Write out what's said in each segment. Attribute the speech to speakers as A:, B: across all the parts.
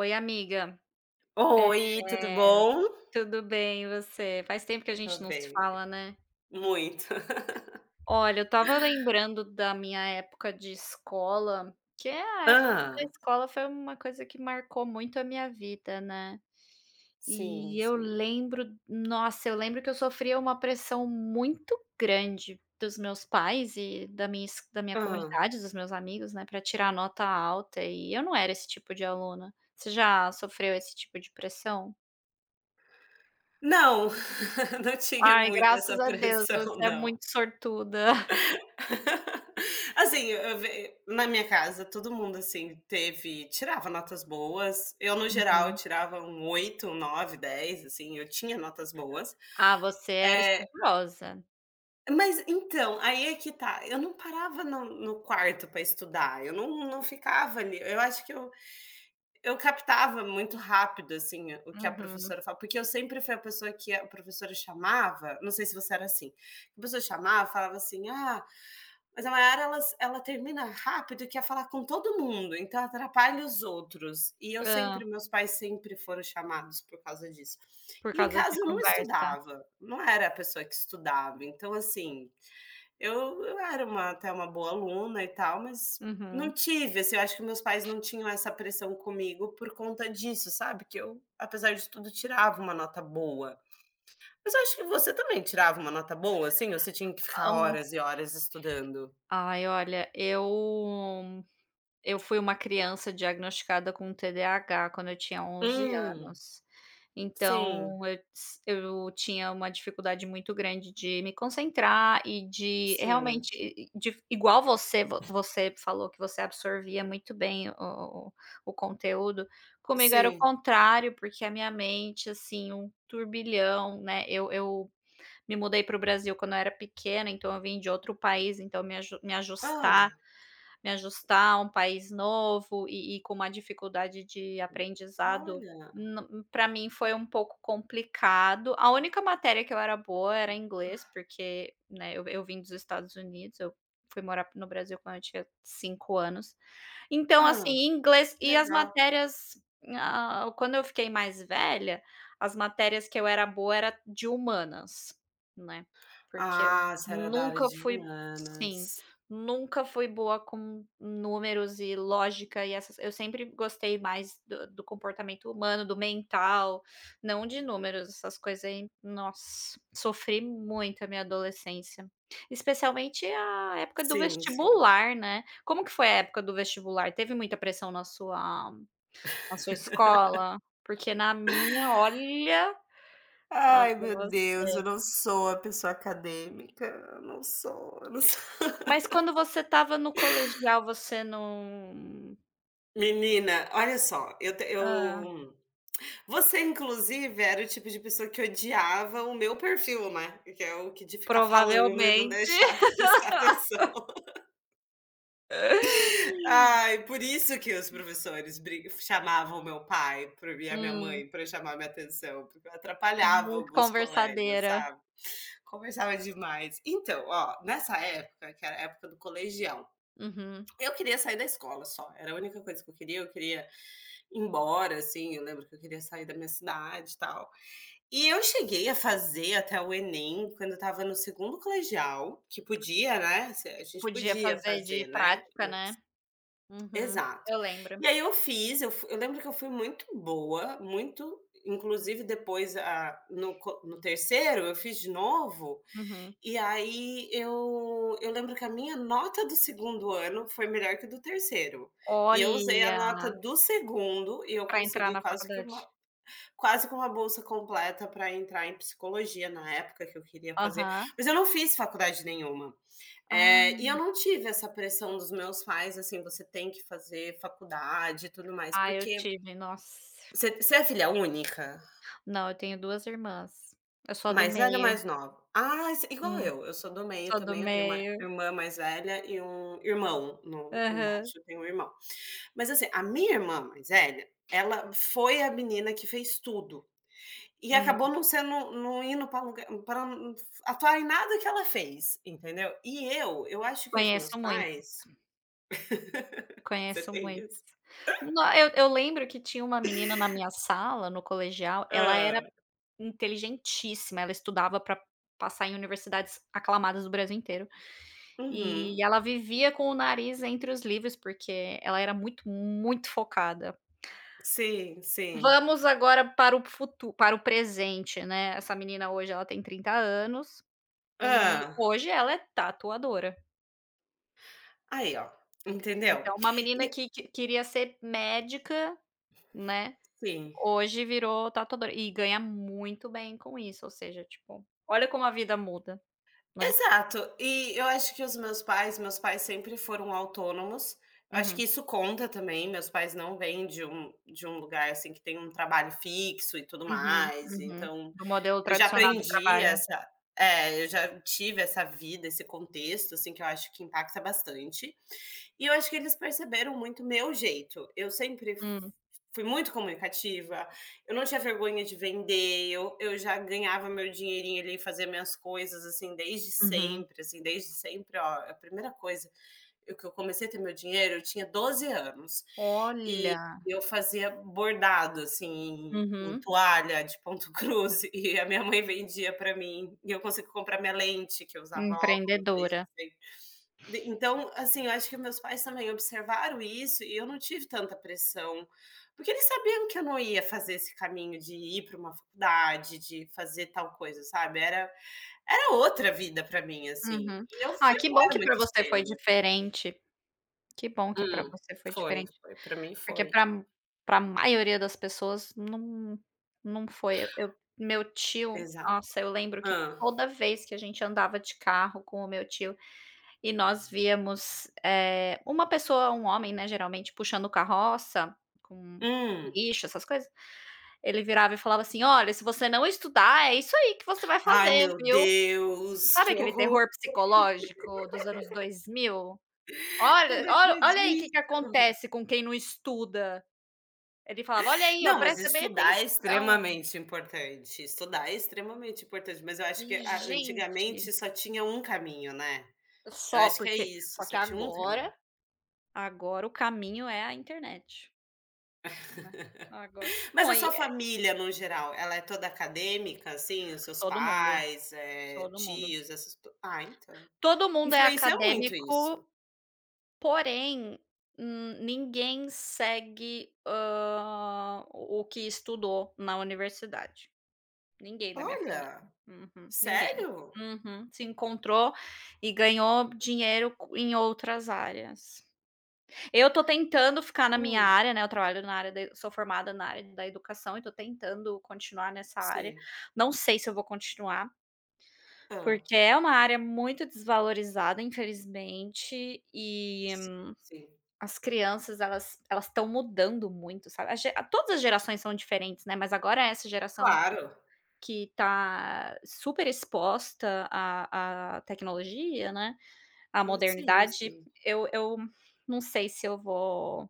A: Oi, amiga.
B: Oi, tudo
A: É,
B: bom?
A: tudo bem, e você? Faz tempo que a
B: Tô
A: gente não se
B: bem,
A: fala, né?
B: muito.
A: Olha, eu estava lembrando da minha época de escola, que é a época da
B: Ah,
A: escola foi uma coisa que marcou muito a minha vida, né?
B: sim,
A: E eu
B: sim.
A: lembro, nossa, eu lembro que eu sofria uma pressão muito grande dos meus pais e da minha
B: Ah,
A: comunidade, dos meus amigos, né, para tirar nota alta. E eu não era esse tipo de aluna. Você já sofreu esse tipo de pressão?
B: não, não tinha
A: Ai,
B: muito essa
A: graças a Deus, você
B: pressão
A: é
B: não.
A: muito sortuda.
B: Assim, eu ve na minha casa todo mundo, assim, teve tirava notas boas, eu no geral
A: Uhum.
B: tirava um 8, um 9, 10, assim, eu tinha notas boas.
A: Ah, você era
B: É,
A: estudiosa.
B: mas então, aí é que tá, eu não parava no quarto para estudar, eu não ficava ali, eu acho que eu captava muito rápido, assim, o que a
A: Uhum.
B: professora falava, porque eu sempre fui a pessoa que a professora chamava, não sei se você era assim, a pessoa chamava, falava assim, ah, mas a Mayara, ela termina rápido e quer falar com todo mundo, então atrapalha os outros. E eu
A: Hã,
B: sempre, meus pais sempre foram chamados por causa disso.
A: por
B: E em
A: causa de
B: casa eu não
A: conversa.
B: estudava, não era a pessoa que estudava, então, assim, eu era uma até uma boa aluna e tal, mas não
A: Uhum.
B: tive, assim, eu acho que meus pais não tinham essa pressão comigo por conta disso, sabe, que eu, apesar de tudo, tirava uma nota boa. Mas eu acho que você também tirava uma nota boa, assim, ou você tinha que ficar
A: Hã,
B: horas e horas estudando?
A: ai, olha, eu fui uma criança diagnosticada com TDAH quando eu tinha onze
B: Hum,
A: anos.
B: sim,
A: Então eu tinha uma dificuldade muito grande de me concentrar e de
B: sim,
A: realmente e de igual você falou que você absorvia muito bem o conteúdo. Comigo era o
B: sim.
A: contrário, porque a minha mente, assim, um turbilhão, né. Eu me mudei para o Brasil quando eu era pequena, então eu vim de outro país, então me
B: Ah,
A: ajustar me ajustar a um país novo e com uma dificuldade de aprendizado,
B: olha,
A: para mim foi um pouco complicado. A única matéria que eu era boa era inglês, porque, né, eu vim dos Estados Unidos, eu fui morar no Brasil quando eu tinha 5 anos. Então,
B: ah,
A: assim, inglês
B: que
A: e
B: legal.
A: quando eu fiquei mais velha, as matérias que eu era boa era de humanas, né, porque eu
B: Ah, você era da área
A: nunca
B: de
A: fui sim.
B: humanas.
A: Nunca fui boa com números e lógica e essas, eu sempre gostei mais do do comportamento humano, do mental, não de números, essas coisas aí, nossa, sofri muito a minha adolescência, especialmente a época do
B: Sim, sim.
A: vestibular, né. Como que foi a época do vestibular? Teve muita pressão na sua escola? Porque na minha, olha, falo
B: Ai,
A: pra
B: meu Deus, eu
A: você.
B: não sou a pessoa acadêmica, eu não sou, eu não sou.
A: Mas quando você tava no colegial, você não.
B: Menina, olha só, eu te
A: ah,
B: eu você inclusive era o tipo de pessoa que odiava o meu perfil, né, que é o que de ficar falando e não
A: Provavelmente.
B: deixar prestar atenção. Ai, por isso que os professores bri chamavam meu pai pra e a minha
A: Hum,
B: mãe para chamar minha atenção, porque eu atrapalhava
A: muito
B: alguns colegas,
A: conversadeira.
B: sabe, conversava demais. Então, ó, nessa época, que era a época do colegial,
A: Uhum.
B: eu queria sair da escola só, era a única coisa que eu queria ir embora, assim, eu lembro que eu queria sair da minha cidade e tal. E eu cheguei a fazer até o Enem quando eu estava no segundo colegial, que podia, né, se a gente
A: Podia
B: podia
A: fazer de
B: fazer, né.
A: prática, né. Uhum.
B: Exato.
A: Eu lembro.
B: E aí eu fiz, eu lembro que eu fui muito boa, muito, inclusive depois a no co no 3 eu fiz de novo,
A: Uhum.
B: e aí eu lembro que a minha nota do segundo ano foi melhor que do terceiro e eu usei a
A: Olha,
B: nota do segundo e eu
A: para entrar
B: consegui
A: na faculdade?
B: quase que uma bolsa completa para entrar em psicologia na época que eu queria fazer,
A: Aham.
B: mas eu não fiz faculdade nenhuma. Eh,
A: Ah.
B: e eu não tive essa pressão dos meus pais, assim: "Você tem que fazer faculdade e tudo mais",
A: Ah, eu
B: porque
A: tive, nossa.
B: você é filha única?
A: Não, eu tenho duas irmãs. Eu sou a do
B: Mais velha ou
A: meio.
B: mais nova? Ah, s igual
A: Hum,
B: eu sou do meio
A: sou do
B: também, eu tenho uma
A: meio.
B: irmã mais velha e um irmão no
A: Aham.
B: embaixo, eu tenho um irmão. Mas assim, a minha irmã mais velha, ela foi a menina que fez tudo, e
A: Hum,
B: acabou não indo para lugar pra atuar em nada que ela fez, entendeu. E eu acho que os meus
A: conheço muito,
B: pais, você
A: conheço
B: tem
A: muito.
B: isso?
A: No Eu lembro que tinha uma menina na minha sala, no colegial, ela era
B: Hã.
A: inteligentíssima, ela estudava para passar em universidades aclamadas do Brasil inteiro.
B: Uhum.
A: E ela vivia com o nariz entre os livros, porque ela era muito, muito focada.
B: Sim, sim.
A: Vamos agora para o futuro, para o presente, né, essa menina hoje ela tem 30 anos, e
B: Ah,
A: hoje ela é tatuadora.
B: aí ó, entendeu.
A: Então uma menina
B: E
A: que queria ser médica, né,
B: sim.
A: hoje virou tatuadora e ganha muito bem com isso, ou seja, tipo, olha como a vida muda, né.
B: Exato. E eu acho que os meus pais sempre foram autônomos. Eu acho que
A: Uhum.
B: isso conta também, meus pais não vêm de um lugar, assim, que tem um trabalho fixo e tudo
A: Uhum,
B: mais,
A: uhum.
B: então
A: Do modelo
B: eu já
A: tradicional de
B: aprendi
A: trabalho.
B: essa é, eu já tive essa vida, esse contexto, assim, que eu acho que impacta bastante. E eu acho que eles perceberam muito meu jeito. Eu sempre f
A: Hum,
B: Fui muito comunicativa, eu não tinha vergonha de vender, eu já ganhava meu dinheirinho ali, fazia minhas coisas,
A: uhum.
B: assim, desde sempre, ó, a primeira coisa eu que eu comecei a ter meu dinheiro, eu tinha 12 anos,
A: Olha!
B: eu fazia bordado, assim, em
A: Uhum.
B: toalha de ponto cruz e a minha mãe vendia para mim, e eu consegui comprar minha lente, que eu usava óculos desde
A: Empreendedora.
B: de então, assim, eu acho que meus pais também observaram isso e eu não tive tanta pressão, porque eles sabiam que eu não ia fazer esse caminho de ir para uma faculdade, de fazer tal coisa, sabe, era era outra vida para mim, assim,
A: Uhum.
B: e eu
A: Ah,
B: fui
A: que bom
B: embora
A: que para
B: muito
A: você foi
B: cedo.
A: diferente, que bom que para
B: Hum,
A: você foi
B: foi,
A: diferente,
B: foi, para mim
A: porque
B: foi.
A: para pra maioria das pessoas não não foi. Eu, meu tio,
B: Exato.
A: nossa, eu lembro que
B: Ah.
A: toda vez que a gente andava de carro com o meu tio e nós víamos, uma pessoa, um homem, né, geralmente puxando carroça com
B: Hum.
A: lixo, essas coisas. Ele virava e falava assim: "Olha, se você não estudar, é isso aí que você vai
B: Ai
A: fazer,
B: meu
A: viu".
B: Deus,
A: Sabe
B: que
A: aquele
B: horror,
A: terror psicológico dos anos 2000?
B: eu
A: "Olha
B: não
A: olha
B: acredito.
A: olha aí o que que acontece com quem não estuda". Ele falava: "Olha aí, ó,
B: Não, mas
A: presta bem
B: estudar é
A: atenção".
B: extremamente importante, estudar é extremamente importante, mas eu acho que
A: E,
B: a
A: gente,
B: antigamente só tinha um caminho, né. Eu acho que é isso,
A: só que
B: só tinha um caminho.
A: agora o caminho é a internet, né. Agora
B: Mas
A: não,
B: a
A: aí
B: sua
A: é
B: família no geral, ela é toda acadêmica, assim, os seus
A: todo mundo,
B: pais, eh,
A: todo mundo.
B: tios, essas to ah, então.
A: Todo mundo é
B: Influencia muito isso.
A: acadêmico. Porém, ninguém segue, o que estudou na universidade. Ninguém da minha família.
B: Olha,
A: Uhum, ninguém.
B: sério?
A: Uhum. Se encontrou e ganhou dinheiro co em outras áreas. Eu tô tentando ficar na minha
B: Hum,
A: área, né, eu trabalho na área da sou formada na área da educação e tô tentando continuar nessa área.
B: sim.
A: Não sei se eu vou continuar,
B: Hã.
A: porque é uma área muito desvalorizada, infelizmente, e
B: Si Sim.
A: as crianças elas estão mudando muito, sabe, todas as gerações são diferentes, né, mas agora é essa geração
B: Claro.
A: que tá super exposta à tecnologia, né, à
B: Hã, sim,
A: modernidade,
B: sim.
A: eu não sei se eu vou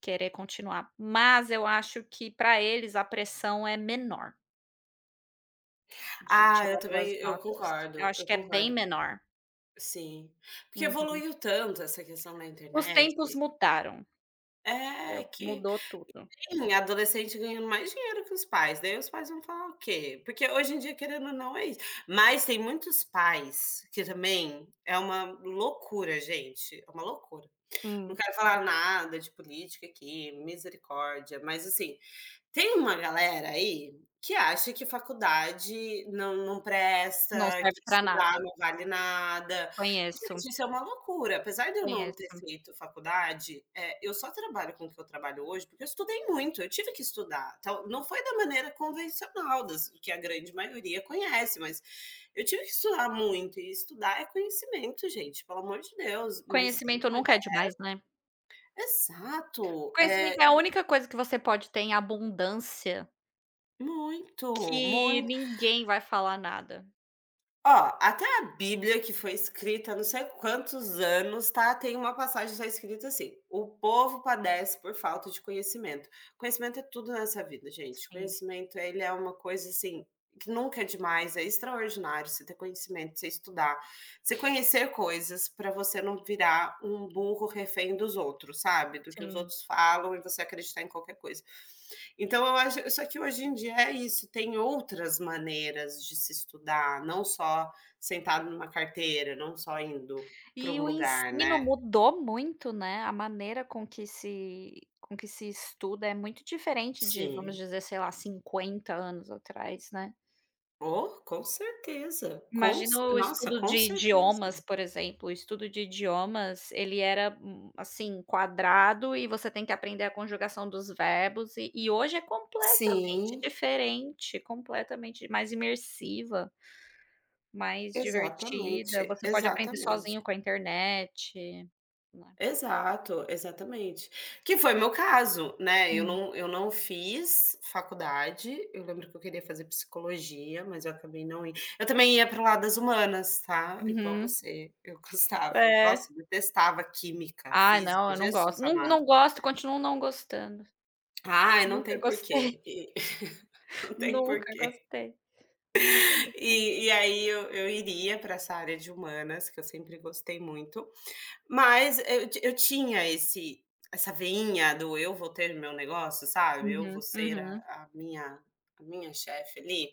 A: querer continuar, mas eu acho que para eles a pressão é menor de
B: Ah, eu
A: tirar boas
B: também eu
A: notas. Eu
B: concordo,
A: acho
B: eu
A: que é bem
B: concordo.
A: menor.
B: Sim, porque
A: Uhum.
B: evoluiu tanto essa questão da
A: Os
B: internet,
A: tempos mudaram,
B: é
A: entendeu,
B: que
A: mudou tudo.
B: sim, adolescente ganhando mais dinheiro que os pais, daí os pais vão falar o quê? Porque hoje em dia querendo ou não é isso, mas tem muitos pais que também é uma loucura gente, é uma loucura. Não
A: Hum,
B: quero falar nada de política aqui, misericórdia, mas assim, tem uma galera aí que acha que faculdade não presta,
A: não
B: que
A: serve para nada,
B: estudar
A: eu
B: não vale nada.
A: conheço.
B: Gente, isso é uma loucura. Apesar de eu não ter
A: Conheço.
B: feito faculdade, eh, eu só trabalho com o que eu trabalho hoje porque eu estudei muito, eu tive que estudar. Então, não foi da maneira convencional, das que a grande maioria conhece, mas eu tive que estudar muito, e estudar é conhecimento, gente, pelo amor de Deus. Mas tem
A: Conhecimento
B: uma
A: nunca é
B: gale
A: demais, né.
B: Exato, é
A: Conhecimento é a única coisa que você pode ter em abundância,
B: muito,
A: que
B: muito.
A: ninguém vai falar nada.
B: Ó, até a Bíblia que foi escrita há não sei quantos anos, tá, tem uma passagem só escrita assim: "O povo padece por falta de conhecimento". Conhecimento é tudo nessa vida, gente.
A: Sim.
B: Conhecimento, ele é uma coisa, assim, que nunca é demais, é extraordinário você ter conhecimento, você estudar, você conhecer coisas para você não virar um burro refém dos outros, sabe, do que os
A: Sim.
B: outros falam e você acreditar em qualquer coisa. Então eu acho só que hoje em dia é isso, tem outras maneiras de se estudar, não só sentado numa carteira, não só indo para
A: E
B: um
A: o
B: lugar,
A: ensino
B: né.
A: mudou muito, né, a maneira com que se estuda é muito diferente de, vamos
B: Sim.
A: dizer, sei lá, 50 anos atrás, né.
B: Oh, com certeza, com
A: Imagina
B: ce
A: o
B: nossa,
A: estudo
B: com
A: de
B: certeza.
A: idiomas, por exemplo. O estudo de idiomas, ele era, assim, quadrado, e você tem que aprender a conjugação dos verbos, e hoje é completamente
B: Sim,
A: diferente, completamente mais imersiva, mais divertida,
B: exatamente,
A: você pode aprender
B: exatamente.
A: sozinho com a internet, né.
B: Exato, exatamente. Que foi meu caso, né,
A: Hum.
B: eu não fiz faculdade, eu lembro que eu queria fazer psicologia, mas eu acabei não indo. Eu também ia para o lado das humanas, tá, igual
A: Uhum.
B: você, eu gostava.
A: É.
B: Nossa, eu detestava química,
A: Ah, não,
B: física,
A: eu não
B: Jesus
A: gosto, não
B: amado.
A: não gosto, continuo não gostando.
B: Ai, não
A: Nunca
B: tem
A: gostei,
B: porquê, e não tem
A: nunca
B: porquê.
A: gostei, nunca gostei.
B: Aí eu iria para essa área de humanas, que eu sempre gostei muito. Eu tinha esse, essa veinha do eu vou ter meu negócio, sabe, eu vou
A: Uhum,
B: ser
A: uhum.
B: a minha chefe ali.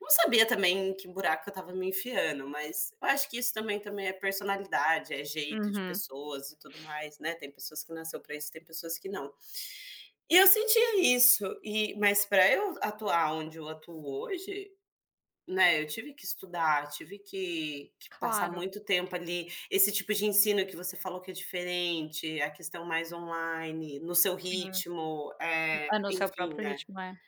B: Não sabia também em que buraco eu estava me enfiando, mas eu acho que isso também é personalidade, é jeito de
A: Uhum.
B: pessoas e tudo mais, né, tem pessoas que nasceu para isso, tem pessoas que não. E eu sentia isso, e mas para eu atuar onde eu atuo hoje, né, eu tive que estudar, tive que passar
A: Claro,
B: muito tempo ali. Esse tipo de ensino que você falou que é diferente, a questão mais online, no seu
A: sim.
B: ritmo, é
A: É no seu
B: enfim,
A: próprio
B: né.
A: ritmo, é.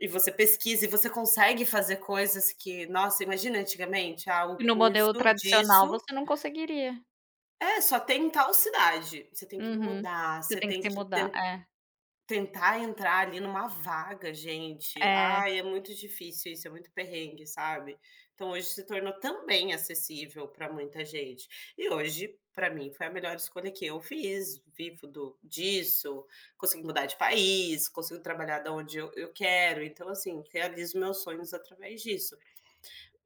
B: E você pesquisa e você consegue fazer coisas que nossa, imagina antigamente, ah,
A: E
B: o
A: no modelo
B: curso disso
A: tradicional você não conseguiria.
B: é, só tem em tal cidade. Você tem que
A: Uhum.
B: mudar,
A: Você
B: você
A: tem que
B: tem
A: se
B: que
A: mudar, é.
B: tentar entrar ali numa vaga, gente,
A: É.
B: ai, é muito difícil isso, é muito perrengue, sabe. Então hoje se tornou também acessível para muita gente. E hoje, para mim, foi a melhor escolha que eu fiz, vivo do disso, consigo mudar de país, consigo trabalhar da onde eu quero, então assim, realizo meus sonhos através disso.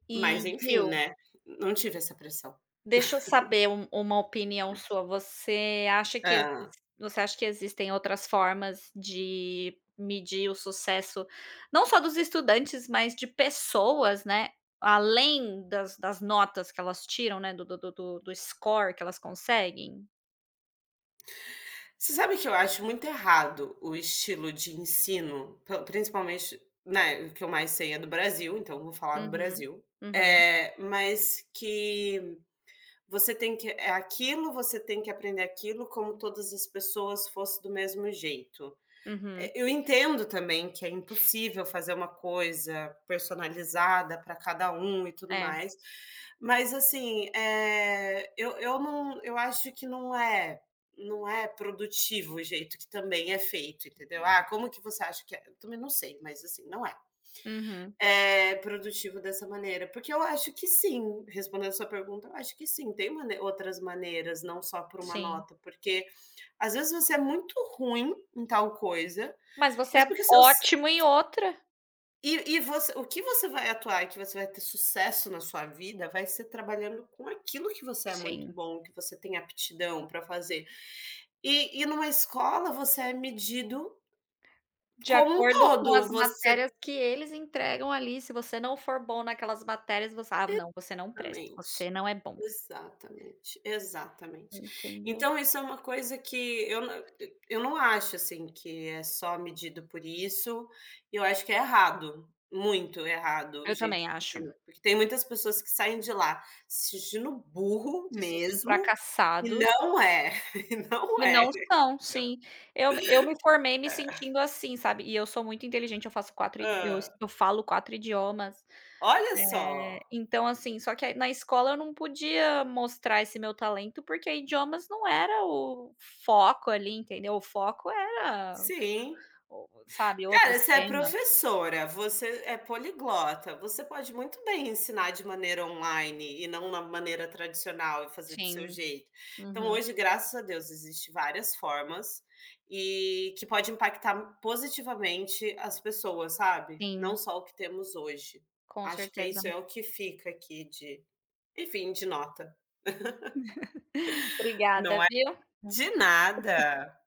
A: E,
B: Mas enfim,
A: viu,
B: né, não tive essa pressão.
A: deixa eu saber uma opinião sua. Você acha que existem outras formas de medir o sucesso, não só dos estudantes, mas de pessoas, né, além das das notas que elas tiram, né, do score que elas conseguem?
B: Você sabe que eu acho muito errado o estilo de ensino, p principalmente, né, o que eu mais sei é do Brasil, então eu vou falar do
A: Uhum.
B: Brasil.
A: Uhum.
B: É, mas que você tem que é aquilo, você tem que aprender aquilo como todas as pessoas fossem do mesmo jeito.
A: Uhum.
B: É, eu entendo também que é impossível fazer uma coisa personalizada para cada um e tudo
A: É,
B: mais, mas assim, eh, eu acho que não é produtivo o jeito que também é feito, entendeu? "Ah, como que você acha que é?" Eu também não sei, mas assim, não é.
A: uhum.
B: É produtivo dessa maneira, porque eu acho que sim, respondendo a sua pergunta, eu acho que sim, tem mane outras maneiras, não só por uma
A: Sim.
B: nota, porque às vezes você é muito ruim em tal coisa,
A: Mas você
B: mas
A: é
B: porque seus
A: ótimo em outra.
B: e você, o que você vai atuar e que você vai ter sucesso na sua vida, vai ser trabalhando com aquilo que você é muito
A: Sim.
B: bom, que você tem aptidão para fazer. Numa escola você é medido
A: De
B: como um
A: acordo com as
B: todo, você,
A: matérias que eles entregam ali, se você não for bom naquelas matérias, você, "Ah, não, você não presta,
B: exatamente,
A: você não é bom",
B: exatamente, exatamente.
A: entendeu?
B: Então isso é uma coisa que eu não acho, assim, que é só medido por isso, eu acho que é errado, muito errado o
A: Eu
B: jeito
A: também
B: de
A: acho.
B: ensinar, porque tem muitas pessoas que saem de lá assistindo burro
A: Se sentindo
B: mesmo, e
A: fracassados,
B: não é, e não
A: e
B: é.
A: não são, sim. Eu me formei me sentindo assim, sabe, e eu sou muito inteligente, eu
B: Hã.
A: eu falo 4 idiomas.
B: Olha só.
A: Então, assim, só que aí na escola eu não podia mostrar esse meu talento, porque idiomas não era o foco ali, entendeu? O foco era,
B: Sim.
A: o sabe, outros
B: Cara, você é
A: temas.
B: professora, você é poliglota, você pode muito bem ensinar de maneira online e não na maneira tradicional e fazer do seu
A: Sim,
B: jeito. Então,
A: uhum,
B: hoje, graças a Deus, existe várias formas e que pode impactar positivamente as pessoas, sabe? Não
A: sim,
B: só o que temos hoje.
A: com
B: Acho que é
A: certeza.
B: isso é o que fica aqui de, enfim, de nota.
A: Obrigada,
B: Não é
A: viu?
B: de nada.